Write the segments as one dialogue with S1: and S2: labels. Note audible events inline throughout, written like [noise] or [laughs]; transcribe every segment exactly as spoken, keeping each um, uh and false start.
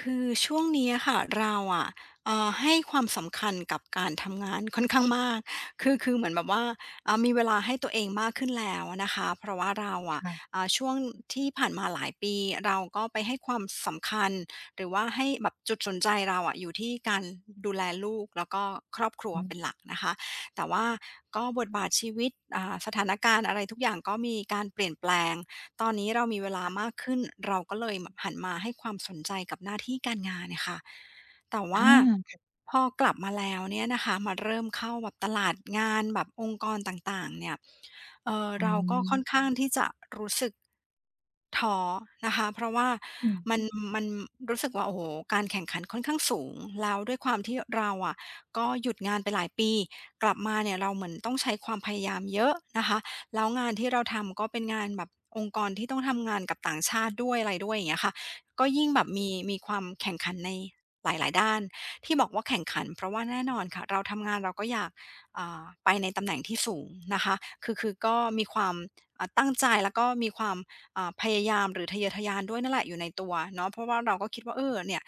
S1: คือช่วงนี้อะค่ะเราอะเอ่อให้ความสำคัญกับการทำงานค่อนข้างมากคือคือเหมือนแบบว่าเอ่ามีเวลาให้ตัวเองมากขึ้นแล้วนะคะเพราะว่าเราอะ
S2: ค่ะ
S1: เอ่าช่วงที่ผ่านมาหลายปีเราก็ไปให้ความสำคัญหรือว่าให้แบบจุดสนใจเราอะอยู่ที่การดูแลลูกแล้วก็ครอบครัว
S2: อืม
S1: เป็นหลักนะคะแต่ว่าก็บทบาทชีวิตอ่าสถานการณ์อะไรทุกอย่างก็มีการเปลี่ยนแปลง ตอนนี้เรามีเวลามากขึ้นเราก็เลยแบบหันมาให้ความสนใจกับหน้าที่การงานเนี่ยค่ะแต่
S2: อ
S1: ว่า
S2: า
S1: พอกลับมาแล้วเนี่ยนะคะมาเริ่มเข้าแบบตลาดงานแบบองค์กรต่างๆเนี่ยเอ่อ
S2: อื
S1: เราก็ค่อน
S2: ม
S1: ข้างที่จะรู้สึกท้อนะคะเพราะว่ามันมันรู้สึกว่าโอ้โฮการแข่งขันค่อนข้างสูงแล้วด้วยความที่เราอะก็หยุดงานไปหลายปีกลับมาเนี่ยเราเหมือนต้องใช้ความพยายามเยอะนะคะ แล้วงานที่เราทำก็เป็นงานแบบองค์กรที่ต้องทำงานกับต่างชาติด้วยอะไรด้วยอย่างเงี้ยค่ะก็ยิ่งแบบมีมีความแข่งขันในหลายๆด้านที่บอกว่าแข่งขันเพราะว่าแน่นอนค่ะเราทำงานเราก็อยากอ่าไปในตำแหน่งที่สูงนะคะคือคือก็มีความอ่าตั้งใจแล้วก็มีความอ่าพยายามหรือทะเยอทะยานด้วยนั่นแหละอยู่ในตัวเนาะเพราะว่าเราก็คิดว่าเออเนี่ย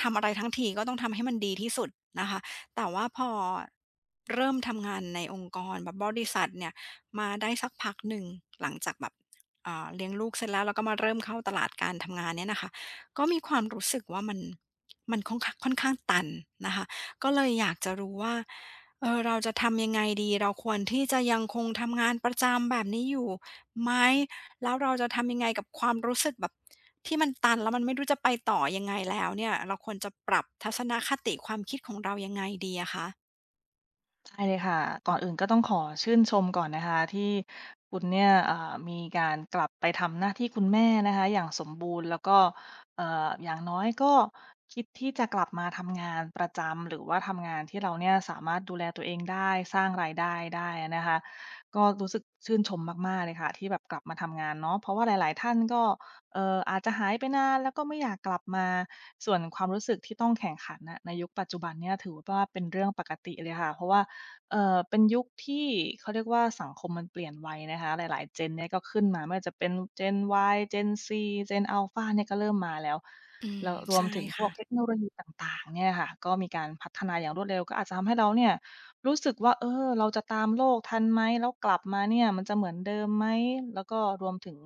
S1: ทำอะไรทั้งทีก็ต้องทำให้มันดีที่สุดนะคะแต่ว่าพอเริ่มทำงานในองค์กรแบบบริษัทเนี่ย มาได้สักพักหนึ่งหลังจากแบบอ่าเลี้ยงลูกเสร็จแล้วแล้วก็มาเริ่มเข้าตลาดการทำงานเนี่ยนะคะก็มีความรู้สึกว่ามันมันค่อนข้างค่อนข้างตันนะคะก็เลยอยากจะรู้ว่าเอ่อเราจะทำยังไงดีเราควรที่จะยังคงทำงานประจำแบบนี้อยู่ไหมแล้วเราจะทำยังไงกับความรู้สึกแบบที่มันตันแล้วมันไม่รู้จะไปต่อยังไงแล้วเนี่ยเราควรจะปรับทัศนคติความคิดของเรายังไงดีอะคะ
S2: ใช่เลยค่ะก่อนอื่นก็ต้องขอชื่นชมก่อนนะคะที่คุณเนี่ยเอ่อมีการกลับไปทำหน้าที่คุณแม่นะคะอย่างสมบูรณ์แล้วก็เอ่ออย่างน้อยก็คิดที่จะกลับมาทำงานประจำหรือว่าทำงานที่เราเนี่ยสามารถดูแลตัวเองได้สร้างรายได้ได้นะคะก็รู้สึกชื่นชมมากๆเลยค่ะที่แบบกลับมาทำงานเนาะเพราะว่าหลายๆท่านก็เอ่ออาจจะหายไปนานแล้วก็ไม่อยากกลับมาส่วนความรู้สึกที่ต้องแข่งขันน่ะในยุคปัจจุบันเนี่ยถือว่าเป็นเรื่องปกติเลยค่ะเพราะว่า เอ่อเป็นยุคที่เขาเรียกว่าสังคมมันเปลี่ยนไวนะคะหลายๆ Gen เนี่ยก็ขึ้นมาไม่ว่าจะเป็น Gen Y Gen Z Gen Alpha เนี่ยก็เริ่มมาแล้ว
S1: อืม
S2: แล้วรวม
S1: ใช่
S2: ถึงพว
S1: ค่ะ
S2: กเทคโนโลยีต่างๆเนี่ยค่ะก็มีการพัฒนาอย่างรวดเร็วก็อาจจะทำให้เราเนี่ยรู้สึกว่าเออเราจะตามโลกทันไหมแล้วกลับมาเนี่ยมันจะเหมือนเดิมไหมแล้วก็รวมถึง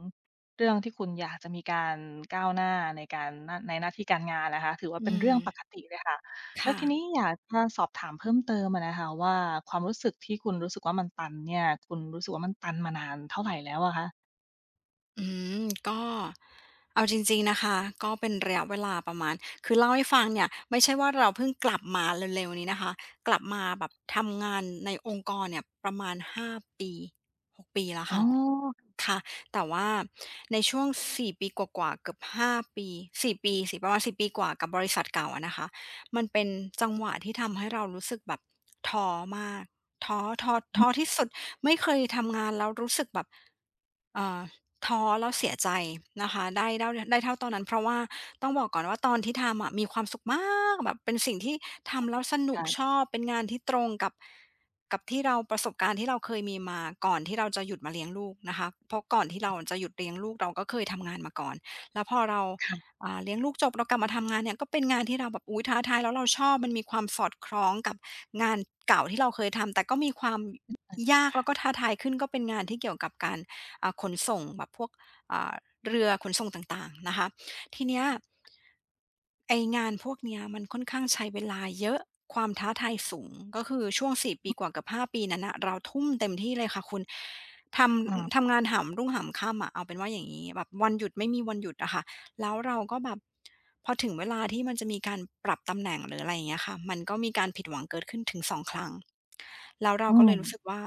S2: เรื่องที่คุณอยากจะมีการก้าวหน้าในการหน้าในหน้าที่การงานนะคะถือว่า
S1: อื
S2: เป็นเรื่องปก
S1: ม
S2: ติเลยค่ะ แล้ว
S1: ค่ะ
S2: ทีนี้อยากจะสอบถามเพิ่มเติมอะนะคะว่าความรู้สึกที่คุณรู้สึกว่ามันตันเนี่ยคุณรู้สึกว่ามันตันมานานเท่าไรแล้วอะคะ
S1: อืมก็เอาจริงๆนะคะก็เป็นระยะเวลาประมาณคือเล่าให้ฟังเนี่ยไม่ใช่ว่าเราเพิ่งกลับมาเร็วๆนี้นะคะกลับมาแบบทำงานในองค์กรเนี่ยประมาณห้าปีหกปีแล้ว
S2: อ๋อ
S1: ค่ะ ค่ะแต่ว่าในช่วงสี่ปีกว่าๆเกือบห้าปีสี่ปีสิประมาณสี่ปีกว่ากับบริษัทเก่าอะนะคะมันเป็นจังหวะที่ทำให้เรารู้สึกแบบท้อมากท้อท้อ
S2: อื
S1: ท้อ
S2: ม
S1: ที่สุดไม่เคยทำงานแล้วรู้สึกแบบเอ่อท้อแล้วเสียใจนะคะได้ได้ได้เท่าตอนนั้นเพราะว่าต้องบอกก่อนว่าตอนที่ทำอะมีความสุขมากแบบเป็นสิ่งที่ทำแล้วสนุกช
S2: ค่ะ
S1: อบเป็นงานที่ตรงกับ กับที่เราประสบการณ์ที่เราเคยมีมาก่อนที่เราจะหยุดมาเลี้ยงลูกนะคะเพราะก่อนที่เราจะหยุดเลี้ยงลูกเราก็เคยทำงานมาก่อนแล้วพอเรา
S2: ค่ะ
S1: อ่าเลี้ยงลูกจบเรากลับมาทำงานเนี่ยก็เป็นงานที่เราแบบอุ๊ยท้าทายแล้วเราชอบมันมีความสอดคล้องกับงานเก่าที่เราเคยทำแต่ก็มีความยากแล้วก็ท้าทายขึ้นก็เป็นงานที่เกี่ยวกับการอ่าขนส่งแบบพวกอ่าเรือขนส่งต่างๆนะคะ ทีเนี้ยไองานพวกเนี้ยมันค่อนข้างใช้เวลาเยอะความท้าทายสูงก็คือช่วงสี่ปีกว่ากับห้าปีนั้นน่ะเราทุ่มเต็มที่เลยค่ะคุณทำ
S2: ค่ะ
S1: ทำงานหามรุ่งหามค่ำอะเอาเป็นว่าอย่างงี้แบบวันหยุดไม่มีวันหยุดอะค่ะแล้วเราก็แบบพอถึงเวลาที่มันจะมีการปรับตำแหน่งหรืออะไรอย่างเงี้ยค่ะมันก็มีการผิดหวังเกิดขึ้นถึงสองครั้งแล้วเรา
S2: อื
S1: ก็เล
S2: ม
S1: ยรู้สึกว่า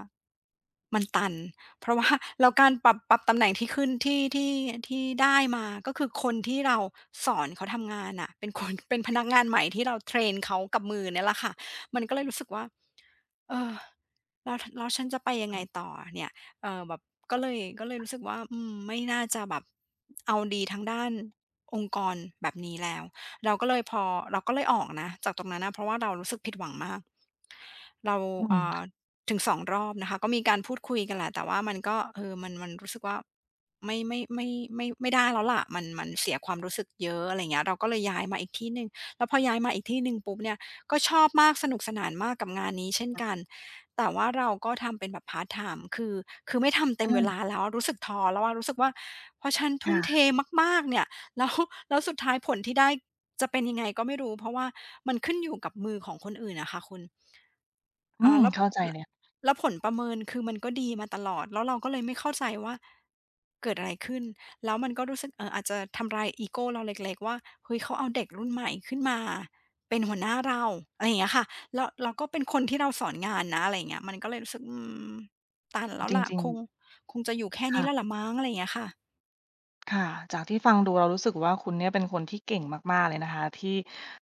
S1: มันตัน เพราะว่า [laughs] แล้วการปรับปรับตำแหน่งที่ขึ้นที่ที่ที่ได้มาก็คือคนที่เราสอนเขาทำงานน่ะเป็นคนเป็นพนักงานใหม่ที่เราเทรนเขากับมือเนี่ยแหละค่ะมันก็เลยรู้สึกว่าเออแล้วแล้วฉันจะไปยังไงต่อเนี่ยเอ่อแบบก็เลยก็เลยรู้สึกว่าอืมไม่น่าจะแบบเอาดีทางด้านองค์กรแบบนี้แล้วเราก็เลยพอเราก็เลยออกนะจากตรงนั้นนะเพราะว่าเรารู้สึกผิดหวังมากเรา
S2: อื
S1: เอ่อ
S2: ม
S1: ถึงสองรอบนะคะก็มีการพูดคุยกันแหละแต่ว่ามันก็เออมันมันรู้สึกว่าไม่ไม่ไม่ไม่ไม่ได้แล้วล่ะมันมันเสียความรู้สึกเยอะอะไรอย่างเงี้ยเราก็เลยย้ายมาอีกที่หนึ่งแล้วพอย้ายมาอีกที่หนึ่งปุ๊บเนี่ยก็ชอบมากสนุกสนานมากกับงานนี้เช่นกันแต่ว่าเราก็ทำเป็นแบบพาร์ตไทม์คือคือไม่ทำเต็มเวลา
S2: อา
S1: แล้วรู้สึกท้อแล้วอะรู้สึกว่าพอฉันทุ่มเท
S2: ค่ะ
S1: มากๆเนี่ย [laughs] แล้วแล้วสุดท้ายผลที่ได้จะเป็นยังไงก็ไม่รู้เพราะว่ามันขึ้นอยู่กับมือของคนอื่นอะค่ะคุณ
S2: อื
S1: อ่า
S2: ม
S1: แล้ว
S2: เข้าใจ
S1: ล
S2: เลย
S1: แล้วผลประเมินคือมันก็ดีมาตลอดแล้วเราก็เลยไม่เข้าใจว่าเกิดอะไรขึ้นแล้วมันก็รู้สึกเอ่ออาจจะทำลายอีโกเราเล็กๆว่าเฮ้ยเขาเอาเด็กรุ่นใหม่ขึ้นมาเป็นหัวหน้าเราอะไรอย่างเงี้ยค่ะแล้วแล้วก็เป็นคนที่เราสอนงานนะอะไรอย่างเงี้ยมันก็เลยรู้สึกอืมตันแล้ว
S2: จ
S1: ล่ะ
S2: ริง
S1: ค
S2: ๆ
S1: งคงจะอยู่แค่นี้แล้ว
S2: ค่ะ
S1: ล่ะมั้งอะไรอย่างเงี้ยค่ะ
S2: ค่ะจากที่ฟังดูเรารู้สึกว่าคุณเนี่ยเป็นคนที่เก่งมากๆเลยนะคะที่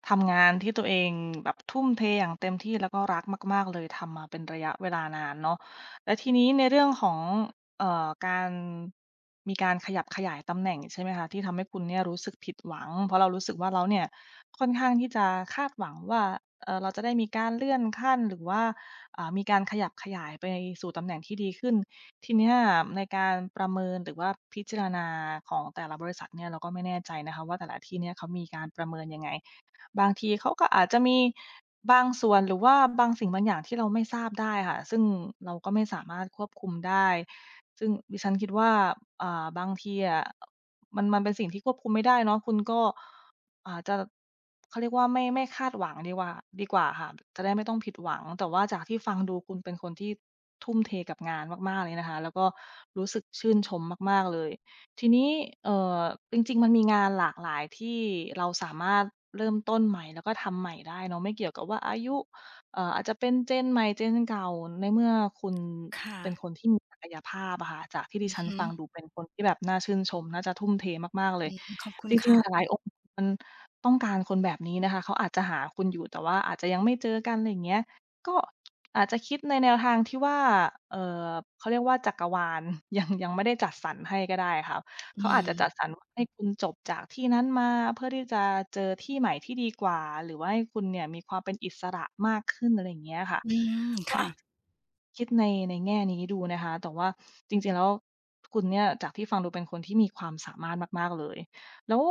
S2: ทำงานที่ตัวเองแบบทุ่มเทอย่างเต็มที่แล้วก็รักมากๆเลยทำมาเป็นระยะเวลานานเนาะแล้วทีนี้ในเรื่องของเอ่อการมีการขยับขยายตำแหน่งใช่ไหมคะที่ทำให้คุณเนี่ยรู้สึกผิดหวังเพราะเรารู้สึกว่าเราเนี่ยค่อนข้างที่จะคาดหวังว่าเอ่อเราจะได้มีการเลื่อนขั้นหรือว่าอ่ามีการขยับขยายไปสู่ตำแหน่งที่ดีขึ้น ทีเนี้ยในการประเมินหรือว่าพิจารณาของแต่ละบริษัทเนี่ยเราก็ไม่แน่ใจนะคะว่าแต่ละที่เนี่ยเขามีการประเมินยังไงบางทีเขาก็อาจจะมีบางส่วนหรือว่าบางสิ่งบางอย่างที่เราไม่ทราบได้ค่ะซึ่งเราก็ไม่สามารถควบคุมได้ซึ่งดิฉันคิดว่าอ่าบางทีอะมันมันเป็นสิ่งที่ควบคุมไม่ได้เนาะคุณก็ อาจจะเขาเรียกว่าไม่ไม่คาดหวังดีกว่าดีกว่าค่ะจะได้ไม่ต้องผิดหวังแต่ว่าจากที่ฟังดูคุณเป็นคนที่ทุ่มเทกับงานมากๆเลยนะคะแล้วก็รู้สึกชื่นชมมากๆเลยทีนี้เอ่อจริงๆมันมีงานหลากหลายที่เราสามารถเริ่มต้นใหม่แล้วก็ทำใหม่ได้เนาะไม่เกี่ยวกับว่าอายุเอ่ออาจจะเป็น Gen ใหม่ Gen เก่าในเมื่อคุณ
S1: ค
S2: เป็นค
S1: ่ะ
S2: นที่มีศักยภาพอะค่ะจากที่ดิ
S1: อือ
S2: ฉัน
S1: ฮึ
S2: ฟังดูเป็นคนที่แบบน่าชื่นชมน่าจะทุ่มเทมากๆเลย
S1: ขอบคุ
S2: จ
S1: ณ
S2: ริง
S1: ค่ะ
S2: ๆหลายๆองค์ มันต้องการคนแบบนี้นะคะเขาอาจจะหาคุณอยู่แต่ว่าอาจจะยังไม่เจอกันอะไรอย่างเงี้ยก็อาจจะคิดในแนวทางที่ว่าเอ่อเขาเรียกว่าจักรวาล [laughs] ยังยังไม่ได้จัดสรรให้ก็ได้ค่ะ
S1: อื
S2: เขาอาจจะ
S1: ม
S2: จัดสรรว่าให้คุณจบจากที่นั้นมาเพื่อที่จะเจอที่ใหม่ที่ดีกว่าหรือว่าให้คุณเนี่ยมีความเป็นอิสระมากขึ้นอะไรอย่างเงี้ยค่ะ
S1: อืม
S2: ก็
S1: ค่ะ
S2: อาจคิดในในแง่นี้ดูนะคะแต่ว่าจริงๆแล้วคุณเนี่ยจากที่ฟังดูเป็นคนที่มีความสามารถมากๆเลยแล้ว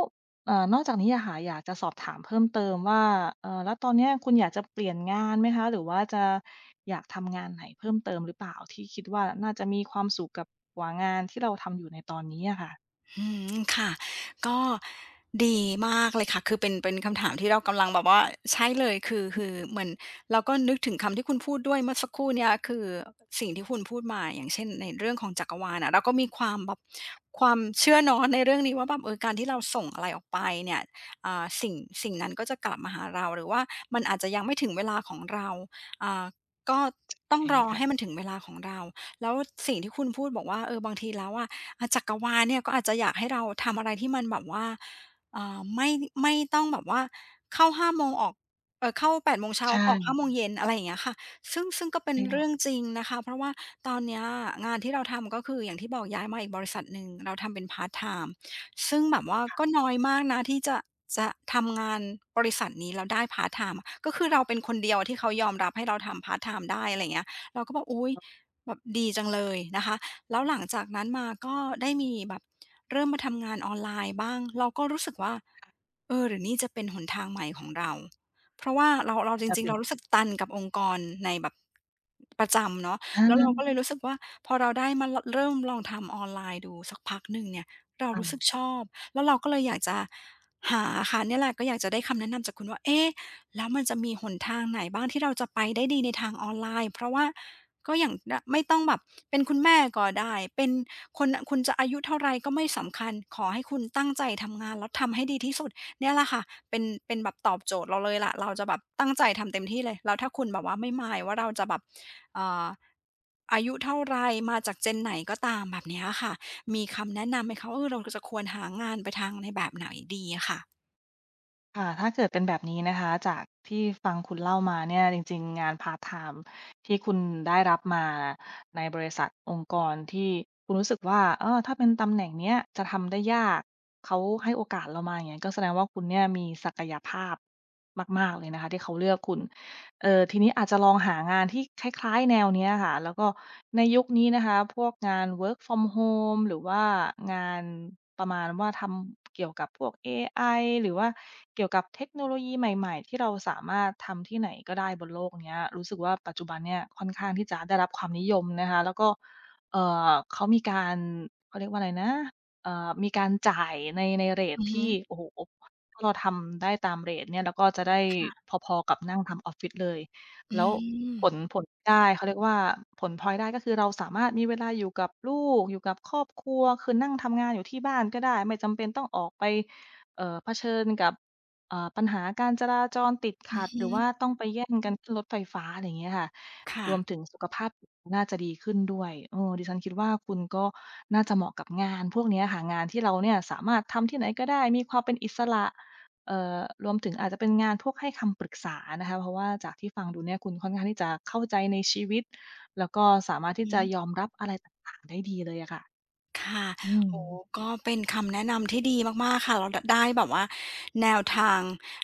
S2: เอ่อนอกจากนี้อะค่ะอยากจะสอบถามเพิ่มเติมว่าเอ่อแล้วตอนเนี้ยคุณอยากจะเปลี่ยนงานไหมคะหรือว่าจะอยากทำงานไหนเพิ่มเติมหรือเปล่าที่คิดว่าน่าจะมีความสุขกับกว่างานที่เราทำอยู่ในตอนนี้อะค่ะ
S1: อืมค่ะก็ดีมากเลยค่ะคือเป็นเป็นคำถามที่เรากำลังแบบว่าใช่เลยคือคือเหมือนเราก็นึกถึงคำที่คุณพูดด้วยเมื่อสักครู่เนี้ยคือสิ่งที่คุณพูดมาอย่างเช่นในเรื่องของจักรวาลอะเราก็มีความแบบความเชื่อเนาะในเรื่องนี้ว่าแบบเออการที่เราส่งอะไรออกไปเนี่ยอ่าสิ่งสิ่งนั้นก็จะกลับมาหาเราหรือว่ามันอาจจะยังไม่ถึงเวลาของเราอ่าก็ต้อง
S2: ใช่
S1: รอ
S2: ค่ะ
S1: ให้มันถึงเวลาของเราแล้วสิ่งที่คุณพูดบอกว่าเออบางทีแล้วอะ อ่าจักรวาลเนี่ยก็อาจจะอยากให้เราทำอะไรที่มันแบบว่าเอ่อไม่ไม่ต้องแบบว่าเข้าห้าโมงออกเออเข้าแปดโมงเช้า
S2: ใ
S1: ออกห้า
S2: ช่
S1: โมงเย็นอะไรอย่างเงี้ยค่ะซึ่งซึ่งก็เป็น
S2: ใช่ค่ะ
S1: เรื่องจริงนะคะเพราะว่าตอนเนี้ยงานที่เราทำก็คืออย่างที่บอกย้ายมาอีกบริษัทหนึ่งเราทำเป็นพาร์ทไทม์ซึ่งแบบว่าก็น้อยมากนะที่จะจะทำงานบริษัทนี้เราได้พาร์ทไทม์ก็คือเราเป็นคนเดียวที่เขายอมรับให้เราทำพาร์ทไทม์ได้อะไรอย่างเงี้ยเราก็บอกอุ้ยแบบดีจังเลยนะคะ แล้วหลังจากนั้นมาก็ได้มีแบบเริ่มมาทำงานออนไลน์บ้างเราก็รู้สึกว่าเออหรือนี่จะเป็นหนทางใหม่ของเราเพราะว่าเราเรา
S2: อาจ
S1: จ
S2: จะเป
S1: ริงๆ
S2: ลี่ยน
S1: เรารู้สึกตันกับองค์กรในแบบประจำเนาะ
S2: อา
S1: แล้วเราก็เลยรู้สึกว่าพอเราได้มาลเริ่มลองทำออนไลน์ดูสักพักหนึ่งเนี่ยเรา
S2: ค่ะ
S1: รู้สึกชอบแล้วเราก็เลยอยากจะหาค่ะเนี่ยแหละก็อยากจะได้คำแนะนำจากคุณว่าเอ๊ะแล้วมันจะมีหนทางไหนบ้างที่เราจะไปได้ดีในทางออนไลน์เพราะว่า ก็อย่างดไม่ต้องแบบเป็นคุณแม่ก็ได้เป็นคนคุณจะอายุเท่าไรก็ไม่สำคัญขอให้คุณตั้งใจทำงานแล้วทำให้ดีที่สุดเนี่ยแหละค่ะเป็นเป็นแบบตอบโจทย์เราเลยล่ะเราจะแบบตั้งใจทำเต็มที่เลยแล้วถ้าคุณแบบว่าไม่ m i n ว่าเราจะแบบเอ่ออายุเท่าไรมาจาก เจน ไหนก็ตามแบบเนี้ยค่ะมีคำแนะนำไหมคะว่าเออเราจะควรหางานไปทางในแบบไหนดีอะค่ะ
S2: ค่ะถ้าเกิดเป็นแบบนี้นะคะ จากที่ฟังคุณเล่ามาเนี่ยจริงๆงานพาร์ตไทม์ที่คุณได้รับมาในบริษัทองค์กรที่คุณรู้สึกว่าเออถ้าเป็นตำแหน่งเนี้ยจะทำได้ยากเขาให้โอกาสเรามาอย่างเงี้ยก็แสดงว่าคุณเนี่ยมีศักยภาพมากๆเลยนะคะที่เขาเลือกคุณ เอ่อทีนี้อาจจะลองหางานที่คล้ายๆแนวเนี้ยค่ะแล้วก็ในยุคนี้นะคะพวกงาน work from home หรือว่างานประมาณว่าทำเกี่ยวกับพวกเอไอหรือว่าเกี่ยวกับเทคโนโลยีใหม่ๆที่เราสามารถทำที่ไหนก็ได้บนโลกเนี้ยรู้สึกว่าปัจจุบันเนี่ยค่อนข้างที่จะได้รับความนิยมนะคะแล้วก็เอ่อเขามีการเขาเรียกว่าอะไรนะเอ่อมีการจ่ายในในเรต
S1: อือฮึ
S2: ที่โอ้โฮ ถ้าเราทำได้ตามเรตเนี่ยเราก็จะได้พอๆกับนั่งทำออฟฟิศเลย
S1: อื
S2: แล้ว
S1: ม
S2: ผลผลได้เขาเรียกว่าผลพลอยได้ก็คือเราสามารถมีเวลาอยู่กับลูกอยู่กับครอบครัวคือนั่งทำงานอยู่ที่บ้านก็ได้ไม่จำเป็นต้องออกไปเอ่อเผชิญกับเอ่อปัญหาการจราจรติด
S1: อื
S2: ขั
S1: อ
S2: ดห
S1: ฮึ
S2: รือว่าต้องไปแย่งกันขึ้นรถไฟฟ้าอะไรอย่างเงี้ยค่ะ
S1: ค่ะ
S2: รวมถึงสุขภาพจิตน่าจะดีขึ้นด้วยเออดิฉันคิดว่าคุณก็น่าจะเหมาะกับงานพวกเนี้ยค่ะงานที่เราเนี่ยสามารถทำที่ไหนก็ได้มีความเป็นอิสระ เอ่อรวมถึงอาจจะเป็นงานพวกให้คำปรึกษานะคะเพราะว่าจากที่ฟังดูเนี่ยคุณค่อนข้างที่จะเข้าใจในชีวิตแล้วก็สามารถ
S1: อื
S2: ที่จะย
S1: ม
S2: อมรับอะไรต่างๆได้ดีเลยอะค่ะ
S1: ค่ะ
S2: อืม
S1: โอ้โฮก็เป็นคำแนะนำที่ดีมากๆค่ะเราดได้แบบว่าแนวทาง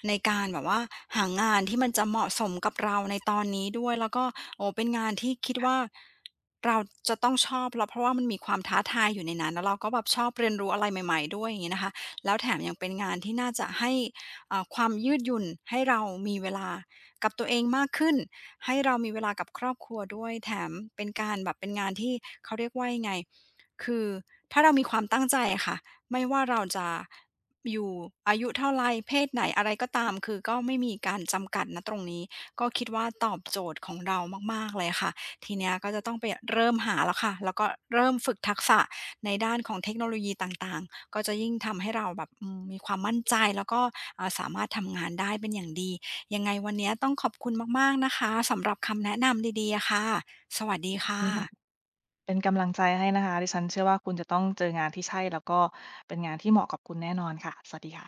S1: ในการแบบว่าหางานที่มันจะเหมาะสมกับเราในตอนนี้ด้วยแล้วก็โอ้โฮเป็นงานที่คิดว่าเราจะต้องชอบแล้วเพราะว่ามันมีความท้าทายอยู่ในนั้นแล้วเราก็แบบชอบเรียนรู้อะไรใหม่ๆด้วยอย่างงี้นะคะแล้วแถมยังเป็นงานที่น่าจะให้อ่าความยืดหยุ่นให้เรามีเวลากับตัวเองมากขึ้นให้เรามีเวลากับครอบครัวด้วยแถมเป็นการแบบเป็นงานที่เขาเรียกว่ายังไง คือถ้าเรามีความตั้งใจอะค่ะไม่ว่าเราจะอยู่อายุเท่าไรเพศไหนอะไรก็ตามคือก็ไม่มีการจำกัดณตรงนี้ก็คิดว่าตอบโจทย์ของเรามากๆเลยค่ะทีเนี้ยก็จะต้องไปเริ่มหาแล้วค่ะแล้วก็เริ่มฝึกทักษะในด้านของเทคโนโลยีต่างๆก็จะยิ่งทำให้เราแบบอืมมีความมั่นใจแล้วก็อ่าสามารถทำงานได้เป็นอย่างดียังไงวันเนี้ยต้องขอบคุณมากๆนะคะสำหรับคำแนะนำดีๆอะค่ะสวัสดีค
S2: ดีมาก
S1: ่ะ
S2: เป็นกำลังใจให้นะคะดิฉันเชื่อว่าคุณจะต้องเจองานที่ใช่แล้วก็เป็นงานที่เหมาะกับคุณแน่นอนค่ะสวัสดีค่ะ